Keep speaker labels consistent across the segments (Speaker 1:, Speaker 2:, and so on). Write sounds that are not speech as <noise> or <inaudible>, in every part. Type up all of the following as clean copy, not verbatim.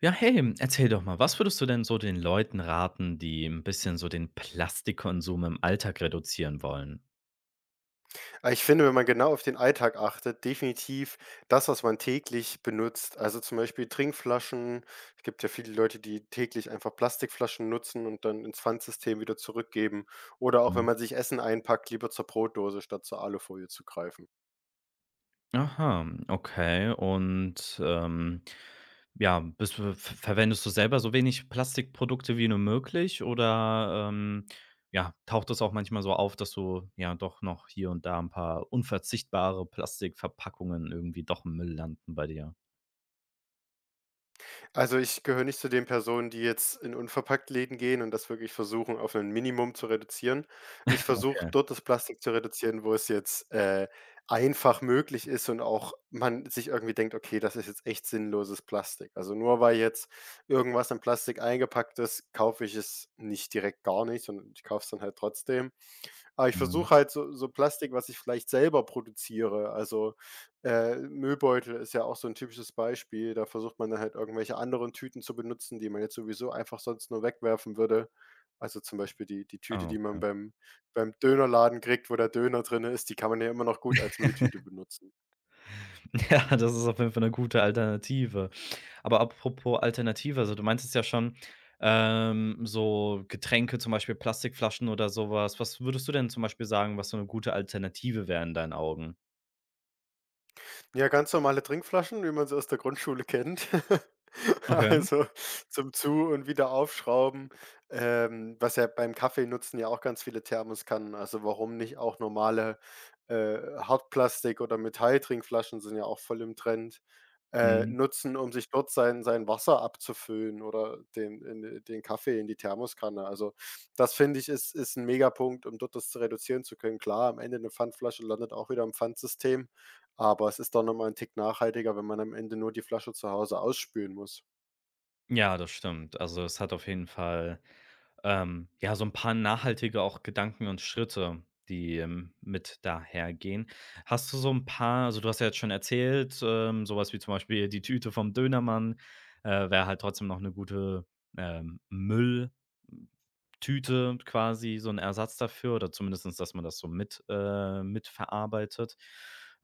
Speaker 1: Ja, hey, erzähl doch mal, was würdest du denn so den Leuten raten, die ein bisschen so den Plastikkonsum im Alltag reduzieren wollen?
Speaker 2: Ich finde, wenn man genau auf den Alltag achtet, definitiv das, was man täglich benutzt. Also zum Beispiel Trinkflaschen. Es gibt ja viele Leute, die täglich einfach Plastikflaschen nutzen und dann ins Pfandsystem wieder zurückgeben. Oder auch wenn
Speaker 1: Mhm.
Speaker 2: man sich Essen einpackt, lieber zur Brotdose statt zur Alufolie zu greifen.
Speaker 1: Aha, okay. Ja, bist du v verwendest du selber so wenig Plastikprodukte wie nur möglich oder, ja, taucht das auch manchmal so auf, dass du ja doch noch hier und da ein paar unverzichtbare Plastikverpackungen irgendwie doch im Müll landen bei dir?
Speaker 2: Also, ich gehöre nicht zu den Personen, die jetzt in Unverpackt-Läden gehen und das wirklich versuchen, auf ein Minimum zu reduzieren. Ich versuche,
Speaker 1: Okay,
Speaker 2: dort das Plastik zu reduzieren, wo es jetzt einfach möglich ist und auch man sich irgendwie denkt: „Okay, das ist jetzt echt sinnloses Plastik.“ Also, nur weil jetzt irgendwas in Plastik eingepackt ist, kaufe ich es nicht direkt gar nicht, sondern ich kaufe es dann halt trotzdem. Aber ich
Speaker 1: mhm.
Speaker 2: versuche halt so Plastik, was ich vielleicht selber produziere. Also, Müllbeutel ist ja auch so ein typisches Beispiel. Da versucht man dann halt irgendwelche anderen Tüten zu benutzen, die man jetzt sowieso einfach sonst nur wegwerfen würde. Also, zum Beispiel die die Tüte,
Speaker 1: Ah,
Speaker 2: die man
Speaker 1: okay.
Speaker 2: beim Dönerladen kriegt, wo der Döner drin ist, die kann man ja immer noch gut als Mülltüte
Speaker 1: <laughs>
Speaker 2: benutzen.
Speaker 1: Ja, das ist auf jeden Fall eine gute Alternative. Aber apropos Alternative, also du meintest ja schon, so Getränke, zum Beispiel Plastikflaschen oder sowas. Was. Würdest du denn zum Beispiel sagen, was so eine gute Alternative wäre in deinen Augen?
Speaker 2: Ja, ganz normale Trinkflaschen, wie man sie aus der Grundschule kennt. <laughs>
Speaker 1: Okay,
Speaker 2: Also, zum Zu und wieder aufschrauben, was ja beim Kaffee nutzen ja auch ganz viele Thermoskannen. Also, warum nicht auch normale, Hartplastik oder Metalltrinkflaschen sind ja auch voll im Trend,
Speaker 1: mhm.
Speaker 2: nutzen, um sich dort sein Wasser abzufüllen oder den in den Kaffee in die Thermoskanne. Also, das finde ich, ist ein Megapunkt, um dort das zu reduzieren zu können. Klar, am Ende eine Pfandflasche landet auch wieder im Pfandsystem. Aber es ist doch noch mal 'n Tick nachhaltiger, wenn man am Ende nur die Flasche zu Hause ausspülen muss.
Speaker 1: Ja, das stimmt. Also, es hat auf jeden Fall, ja, so ein paar nachhaltige auch Gedanken und Schritte, die mit dahergehen. Hast du so ein paar also, du hast ja jetzt schon erzählt, so wie zum Beispiel die Tüte vom Dönermann, wäre halt trotzdem noch eine gute Müll Tüte quasi, so ein Ersatz dafür oder zumindestens, dass man das so mit mitverarbeitet.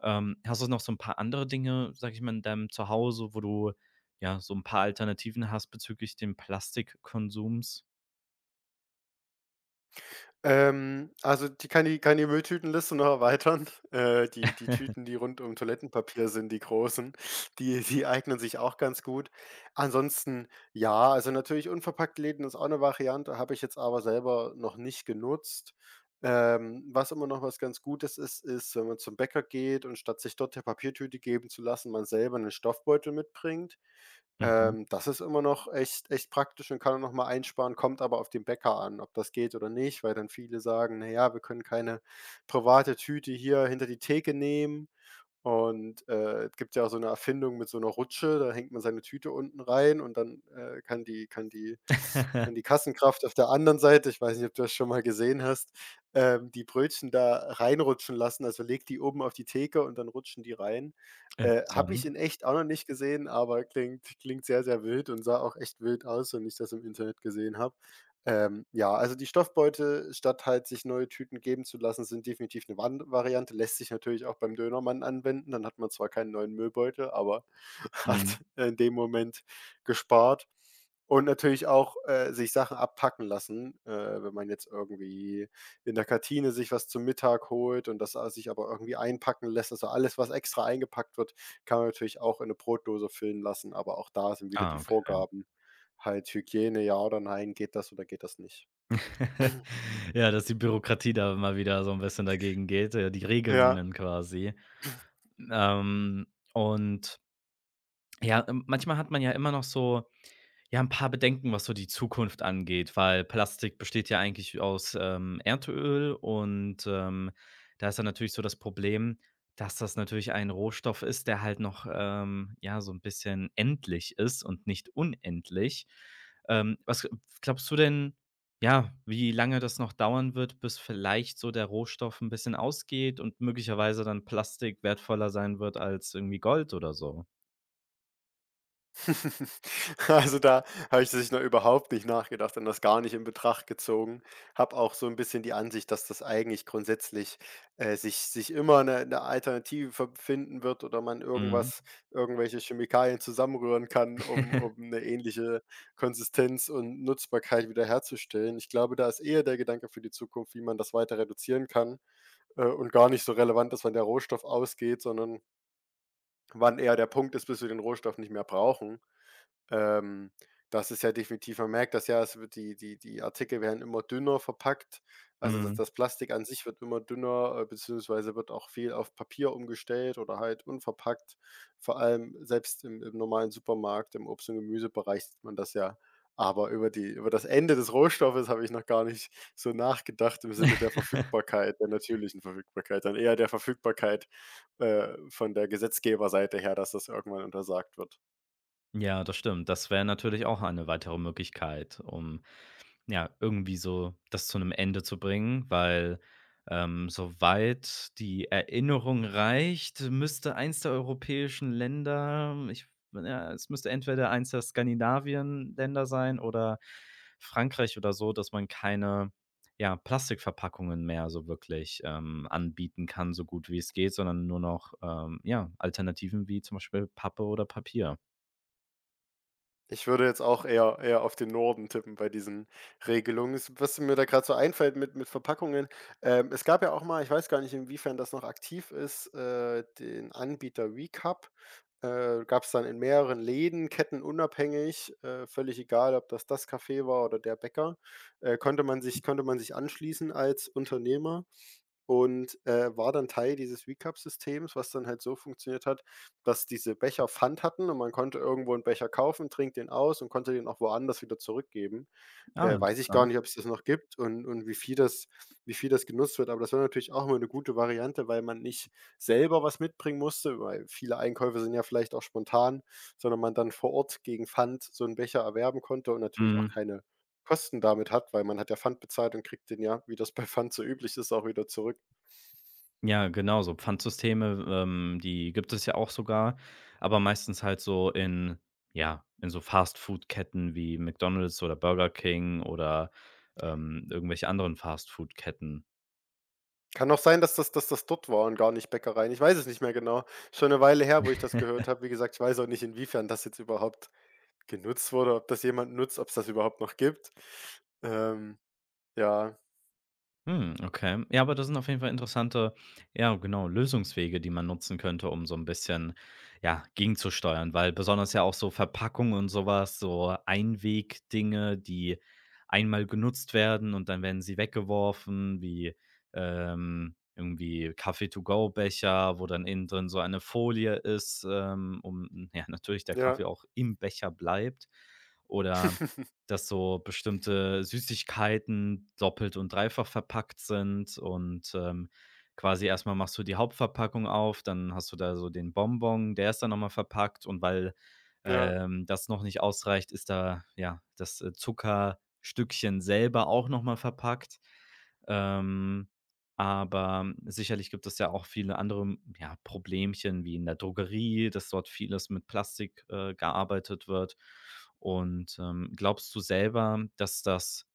Speaker 1: Hast du noch so ein paar andere Dinge, sag ich mal, in deinem Zuhause, wo du ja, so ein paar Alternativen hast bezüglich dem Plastikkonsums?
Speaker 2: Also, die Mülltütenliste noch erweitern. <laughs> Die Tüten, die rund um Toilettenpapier sind, die großen, die eignen sich auch ganz gut. Ansonsten, ja, also, natürlich unverpackt Läden ist auch eine Variante, habe ich jetzt aber selber noch nicht genutzt. Was immer noch was ganz Gutes ist, ist, wenn man zum Bäcker geht und statt sich dort der Papiertüte geben zu lassen, man selber einen Stoffbeutel mitbringt.
Speaker 1: Mhm.
Speaker 2: Das ist immer noch echt praktisch und kann noch mal einsparen, kommt aber auf den Bäcker an, ob das geht oder nicht, weil dann viele sagen: „Naja, wir können keine private Tüte hier hinter die Theke nehmen.“ Und, es gibt ja auch so eine Erfindung mit so einer Rutsche, da hängt man seine Tüte unten rein und dann, kann die
Speaker 1: <laughs>
Speaker 2: Kassenkraft auf der anderen Seite — ich weiß nicht, ob du das schon mal gesehen hast, die Brötchen da reinrutschen lassen. Also, legt die oben auf die Theke und dann rutschen die rein. Habe ich
Speaker 1: Interessant.
Speaker 2: in echt auch noch nicht gesehen, aber klingt sehr, sehr wild und sah auch echt wild aus, wenn ich das im Internet gesehen habe. Ja, also die Stoffbeute, statt halt sich neue Tüten geben zu lassen, sind definitiv 'ne Wan Variante. Lässt sich natürlich auch beim Dönermann anwenden. Dann hat man zwar keinen neuen Müllbeutel, aber <laughs> hat
Speaker 1: Mhm.
Speaker 2: in dem Moment gespart. Und natürlich auch, sich Sachen abpacken lassen, wenn man jetzt irgendwie in der Kantine sich was zum Mittag holt und das a sich aber irgendwie einpacken lässt. Also alles, was extra eingepackt wird, kann man natürlich auch in 'ne Brotdose füllen lassen, aber auch da sind wieder die
Speaker 1: Ah, okay.
Speaker 2: Vorgaben. Halt Hygiene, ja oder nein, geht das oder geht das nicht?
Speaker 1: <laughs> Ja, dass die Bürokratie da mal wieder so ein bisschen dagegen geht, die
Speaker 2: Ja.
Speaker 1: Regelungen quasi. Ähm, und ja, manchmal hat man ja immer noch so ja, ein paar Bedenken, was so die Zukunft angeht, weil Plastik besteht ja eigentlich aus Erdöl und da ist dann natürlich so das Problem, dass das natürlich ein Rohstoff ist, der halt noch, ja, so ein bisschen endlich ist und nicht unendlich. Was glaubst du denn, ja, wie lange das noch dauern wird, bis vielleicht so der Rohstoff ein bisschen ausgeht und möglicherweise dann Plastik wertvoller sein wird als irgendwie Gold oder so?
Speaker 2: <laughs> Also, da habe ich tatsächlich noch überhaupt nicht nachgedacht und das gar nicht in Betracht gezogen. Habe auch so ein bisschen die Ansicht, dass das eigentlich grundsätzlich, sich immer eine 'ne Alternative ver finden wird oder man
Speaker 1: Mhm.
Speaker 2: irgendwas irgendwelche Chemikalien zusammenrühren kann, um
Speaker 1: <laughs>
Speaker 2: eine ähnliche Konsistenz und Nutzbarkeit wiederherzustellen. Ich glaube, da ist eher der Gedanke für die Zukunft, wie man das weiter reduzieren kann, und gar nicht so relevant, dass man der Rohstoff ausgeht, sondern wann eher der Punkt ist, bis wir den Rohstoff nicht mehr brauchen. Ähm, Das ist ja definitiv — man merkt das ja, es wird die Artikel werden immer dünner verpackt. Also, das
Speaker 1: Mhm.
Speaker 2: das Plastik an sich wird immer dünner, beziehungsweise wird auch viel auf Papier umgestellt oder halt unverpackt. Vor allem selbst im normalen Supermarkt, im Obst- und Gemüsebereich sieht man das ja. Aber über das Ende des Rohstoffes habe ich noch gar nicht so nachgedacht im Sinne der Verfügbarkeit, der natürlichen Verfügbarkeit, sondern eher der Verfügbarkeit, von der Gesetzgeberseite her, dass das irgendwann untersagt wird.
Speaker 1: Ja, das stimmt. Das wäre natürlich auch eine weitere Möglichkeit, um ja, irgendwie so das zu einem Ende zu bringen, weil soweit die Erinnerung reicht, müsste eins der europäischen Länder ich ja, es müsste entweder eins der Skandinavien-Länder sein oder Frankreich oder so, dass man keine ja, Plastikverpackungen mehr so wirklich anbieten kann, so gut wie es geht, sondern nur noch, ja, Alternativen wie zum Beispiel Pappe oder Papier.
Speaker 2: Ich würde jetzt auch eher auf den Norden tippen bei diesen Regelungen. Es — was mir da gerade so einfällt mit Verpackungen, es gab ja auch mal — ich weiß gar nicht, inwiefern das noch aktiv ist, den Anbieter WeCup. Gab es dann in mehreren Läden, kettenunabhängig, völlig egal, ob das Café war oder der Bäcker, konnte man sich anschließen als Unternehmer. Und, war dann Teil dieses Recap-Systems, was dann halt so funktioniert hat, dass diese Becher Pfand hatten und man konnte irgendwo einen Becher kaufen, trinkt den aus und konnte den auch woanders wieder zurückgeben.
Speaker 1: Ah,
Speaker 2: Weiß ich gar
Speaker 1: interessant.
Speaker 2: nicht, ob es das noch gibt und wie viel das genutzt wird, aber das war natürlich auch immer eine gute Variante, weil man nicht selber was mitbringen musste, weil viele Einkäufe sind ja vielleicht auch spontan, sondern man dann vor Ort gegen Pfand so einen Becher erwerben konnte und natürlich auch
Speaker 1: Mhm.
Speaker 2: keine Kosten damit hat, weil man hat ja Pfand bezahlt und kriegt den ja, wie das bei Pfand so üblich ist, auch wieder zurück.
Speaker 1: Ja, genau, so Pfandsysteme, die gibt es ja auch sogar, aber meistens halt so in ja, in so Fastfood-Ketten wie McDonald's oder Burger King oder, irgendwelche anderen Fastfood-Ketten.
Speaker 2: Kann auch sein, dass das dort war und gar nicht Bäckereien. Ich weiß es nicht mehr genau. Schon eine Weile her, wo ich das
Speaker 1: <laughs>
Speaker 2: gehört habe. Wie gesagt, ich weiß auch nicht, inwiefern das jetzt überhaupt genutzt wurde, ob das jemand nutzt, ob es das überhaupt noch gibt. Ähm, ja,
Speaker 1: Hm, okay. Ja, aber das sind auf jeden Fall interessante, ja, genau, Lösungswege, die man nutzen könnte, um so ein bisschen, ja, gegenzusteuern, weil besonders ja auch so Verpackungen und sowas, so Einwegdinge, die einmal genutzt werden und dann werden sie weggeworfen, wie irgendwie Kaffee-to-go-Becher, wo dann innen drin so eine Folie ist, um ja, natürlich der
Speaker 2: ja,
Speaker 1: Kaffee auch im Becher bleibt oder dass so bestimmte Süßigkeiten doppelt und dreifach verpackt sind und quasi erstmal machst du die Hauptverpackung auf, dann hast du da so den Bonbon, der ist dann nochmal verpackt und weil,
Speaker 2: ja.
Speaker 1: ähm, das noch nicht ausreicht, ist da, ja, das Zuckerstückchen selber auch nochmal verpackt. Ähm, aber sicherlich gibt es ja auch viele andere, ja, Problemchen wie in der Drogerie, dass dort vieles mit Plastik gearbeitet wird. Und glaubst du selber, dass das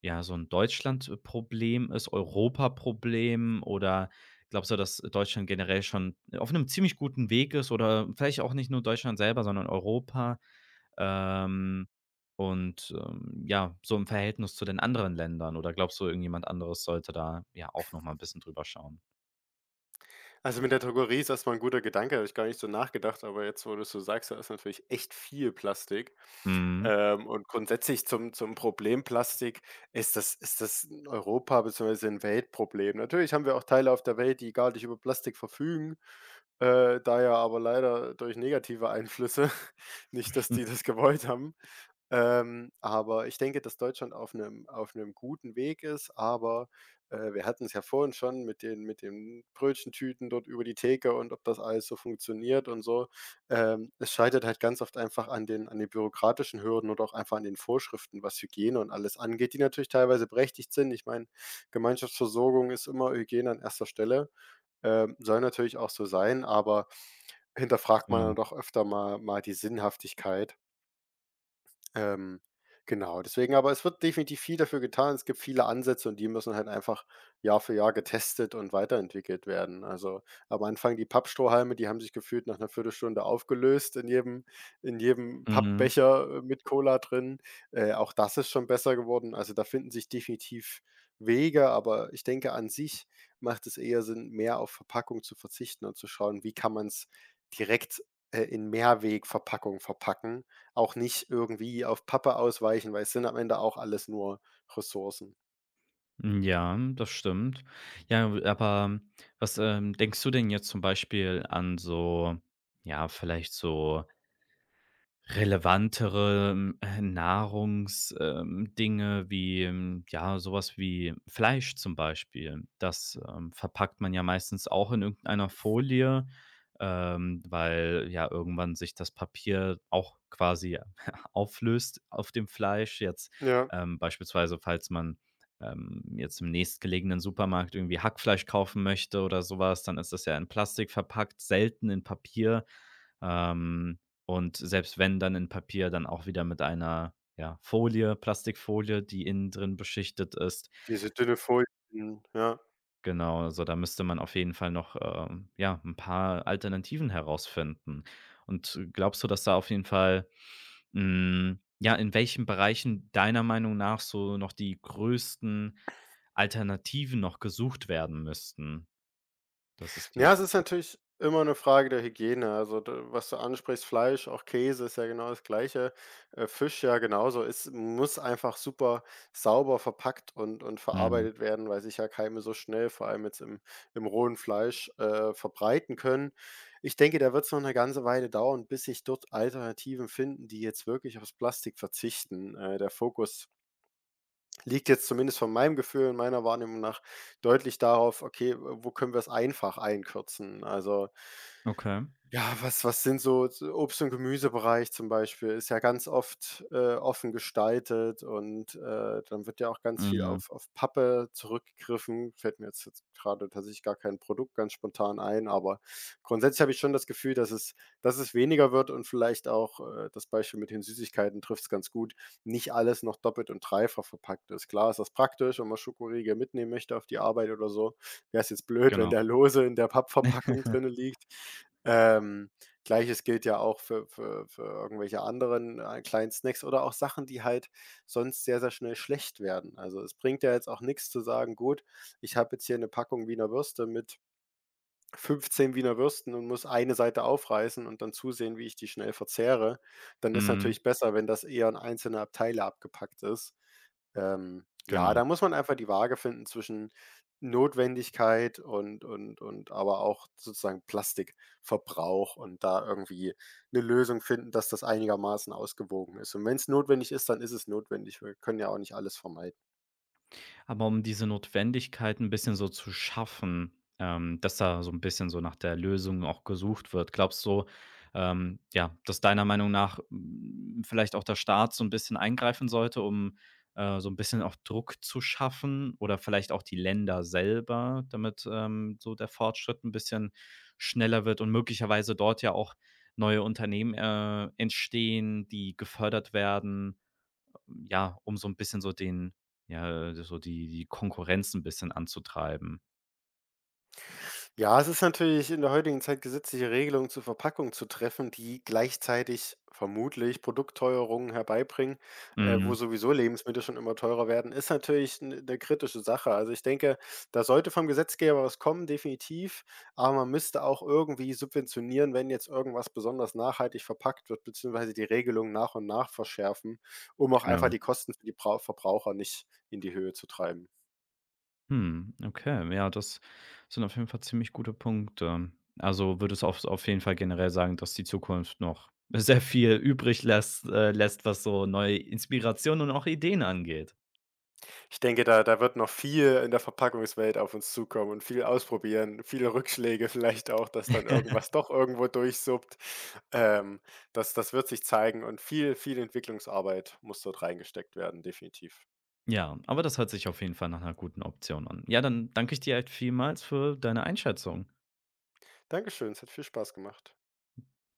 Speaker 1: ja, so ein Deutschland-Problem ist, Europa-Problem oder glaubst du, dass Deutschland generell schon auf einem ziemlich guten Weg ist oder vielleicht auch nicht nur Deutschland selber, sondern Europa, ähm, und ja, so im Verhältnis zu den anderen Ländern oder glaubst du, irgendjemand anderes sollte da, ja, auch noch mal 'n bisschen drüber schauen?
Speaker 2: Also, mit der Drogerie ist erst mal 'n guter Gedanke, habe ich gar nicht so nachgedacht, aber jetzt, wo du's so sagst, da ist natürlich echt viel Plastik.
Speaker 1: Mhm.
Speaker 2: Und grundsätzlich zum Problem Plastik ist das 'n Europa- beziehungsweise ein Weltproblem. Natürlich haben wir auch Teile auf der Welt, die gar nicht über Plastik verfügen, da ja aber leider durch negative Einflüsse, <laughs> nicht, dass
Speaker 1: Hm,
Speaker 2: die das gewollt haben. Aber ich denke, dass Deutschland auf einem guten Weg ist, aber, wir hatten es ja vorhin schon mit den Brötchentüten dort über die Theke und ob das alles so funktioniert und so. Es scheitert halt ganz oft einfach an den bürokratischen Hürden oder auch einfach an den Vorschriften, was Hygiene und alles angeht, die natürlich teilweise berechtigt sind. Ich meine, Gemeinschaftsversorgung ist immer Hygiene an erster Stelle. Soll natürlich auch so sein, aber hinterfragt man
Speaker 1: genau.
Speaker 2: dann doch öfter mal die Sinnhaftigkeit. Ähm, genau, deswegen — aber es wird definitiv viel dafür getan. Es gibt viele Ansätze und die müssen halt einfach Jahr für Jahr getestet und weiterentwickelt werden. Also, am Anfang die Pappstrohhalme, die haben sich gefühlt nach einer Viertelstunde aufgelöst in jedem
Speaker 1: Mhm.
Speaker 2: Pappbecher, mit Cola drin. Auch das ist schon besser geworden. Also, da finden sich definitiv Wege, aber ich denke, an sich macht es eher Sinn, mehr auf Verpackung zu verzichten und zu schauen, wie kann man es direkt, in Mehrwegverpackung verpacken, auch nicht irgendwie auf Pappe ausweichen, weil es sind am Ende auch alles nur Ressourcen.
Speaker 1: Ja, das stimmt. Ja, aber was denkst du denn jetzt zum Beispiel an so ja, vielleicht so Relevantere, Dinge wie ja, sowas wie Fleisch zum Beispiel. Das verpackt man ja meistens auch in irgendeiner Folie, weil ja irgendwann sich das Papier auch quasi <laughs> auflöst auf dem Fleisch. Jetzt,
Speaker 2: Ja,
Speaker 1: ähm, beispielsweise, falls man jetzt im nächstgelegenen Supermarkt irgendwie Hackfleisch kaufen möchte oder sowas dann ist das ja in Plastik verpackt, selten in Papier. Ähm, und selbst wenn, dann in Papier, dann auch wieder mit einer, ja, Folie, Plastikfolie, die innen drin beschichtet ist.
Speaker 2: diese dünne Folie, mhm, ja.
Speaker 1: Genau, also da müsste man auf jeden Fall noch, ja, ein paar Alternativen herausfinden. Und glaubst du, dass da auf jeden Fall hm, ja, in welchen Bereichen deiner Meinung nach so noch die größten Alternativen noch gesucht werden müssten? Das ist die
Speaker 2: Ja, es ist natürlich immer eine Frage der Hygiene. Also, d was du ansprichst, Fleisch, auch Käse ist ja genau das Gleiche, Fisch ja genauso. Es muss einfach super sauber verpackt und
Speaker 1: mhm,
Speaker 2: verarbeitet werden, weil sich ja Keime so schnell, vor allem jetzt im rohen Fleisch, verbreiten können. Ich denke, da wird's noch eine ganze Weile dauern, bis sich dort Alternativen finden, die jetzt wirklich aufs Plastik verzichten. Der Fokus liegt jetzt zumindest von meinem Gefühl und meiner Wahrnehmung nach deutlich darauf: „Okay, wo können wir es einfach einkürzen?“ Also,
Speaker 1: okay.
Speaker 2: ja, was was sind so so Obst- und Gemüsebereich zum Beispiel ist ja ganz oft, offen gestaltet und, dann wird ja auch ganz viel
Speaker 1: Mhm,
Speaker 2: auf Pappe zurückgegriffen. Fällt mir jetzt grade tatsächlich gar kein Produkt ganz spontan ein, aber grundsätzlich habe ich schon das Gefühl, dass es weniger wird und vielleicht auch, das Beispiel mit den Süßigkeiten trifft es ganz gut, nicht alles noch doppelt und dreifach verpackt ist. Klar ist das praktisch, wenn man Schokoriegel mitnehmen möchte auf die Arbeit oder so, wäre es jetzt blöd, wenn
Speaker 1: genau.
Speaker 2: der lose in der Pappverpackung drinnen liegt. Ähm, Gleiches gilt ja auch für irgendwelche anderen, kleinen Snacks oder auch Sachen, die halt sonst sehr, sehr schnell schlecht werden. Also, es bringt ja jetzt auch nichts zu sagen: „Gut, ich habe jetzt hier eine Packung Wiener Würste mit 15 Wiener Würsten und muss eine Seite aufreißen und dann zusehen, wie ich die schnell verzehre“, dann ist
Speaker 1: Mhm,
Speaker 2: natürlich besser, wenn das eher in einzelne Abteile abgepackt ist. Ja,
Speaker 1: genau.
Speaker 2: da muss man einfach die Waage finden zwischen Notwendigkeit und aber auch sozusagen Plastikverbrauch und da irgendwie eine Lösung finden, dass das einigermaßen ausgewogen ist. Und wenn es notwendig ist, dann ist es notwendig. Wir können ja auch nicht alles vermeiden.
Speaker 1: Aber um diese Notwendigkeit ein bisschen so zu schaffen, dass da so ein bisschen so nach der Lösung auch gesucht wird. Glaubst du, ja, dass deiner Meinung nach, hm, vielleicht auch der Staat so ein bisschen eingreifen sollte, um so ein bisschen auch Druck zu schaffen oder vielleicht auch die Länder selber, damit, so der Fortschritt ein bisschen schneller wird und möglicherweise dort ja auch neue Unternehmen, entstehen, die gefördert werden ja, um so ein bisschen so den ja, so die Konkurrenz ein bisschen anzutreiben.
Speaker 2: Ja, es ist natürlich in der heutigen Zeit gesetzliche Regelungen zur Verpackung zu treffen, die gleichzeitig vermutlich Produktteuerungen herbeibringen, wo
Speaker 1: Mhm,
Speaker 2: sowieso Lebensmittel schon immer teurer werden, ist natürlich eine kritische Sache. Also, ich denke, da sollte vom Gesetzgeber was kommen, definitiv, aber man müsste auch irgendwie subventionieren, wenn jetzt irgendwas besonders nachhaltig verpackt wird, beziehungsweise die Regelung nach und nach verschärfen, um auch einfach
Speaker 1: genau.
Speaker 2: die Kosten für die Brau Verbraucher nicht in die Höhe zu treiben.
Speaker 1: Mhm, okay. Ja, das sind auf jeden Fall ziemlich gute Punkte. Also, würdest du auf jeden Fall generell sagen, dass die Zukunft noch <laughs> sehr viel übrig lässt lässt, was so neue Inspirationen und auch Ideen angeht.
Speaker 2: Ich denke, da wird noch viel in der Verpackungswelt auf uns zukommen und viel ausprobieren, viele Rückschläge vielleicht auch, dass dann
Speaker 1: <laughs>
Speaker 2: irgendwas doch irgendwo durchsuppt. Ähm, Das wird sich zeigen und viel, viel Entwicklungsarbeit muss dort reingesteckt werden, definitiv.
Speaker 1: Ja, aber das hört sich auf jeden Fall nach 'ner guten Option an. Ja, dann danke ich dir halt vielmals für deine Einschätzung.
Speaker 2: Dankeschön, es hat viel Spaß gemacht.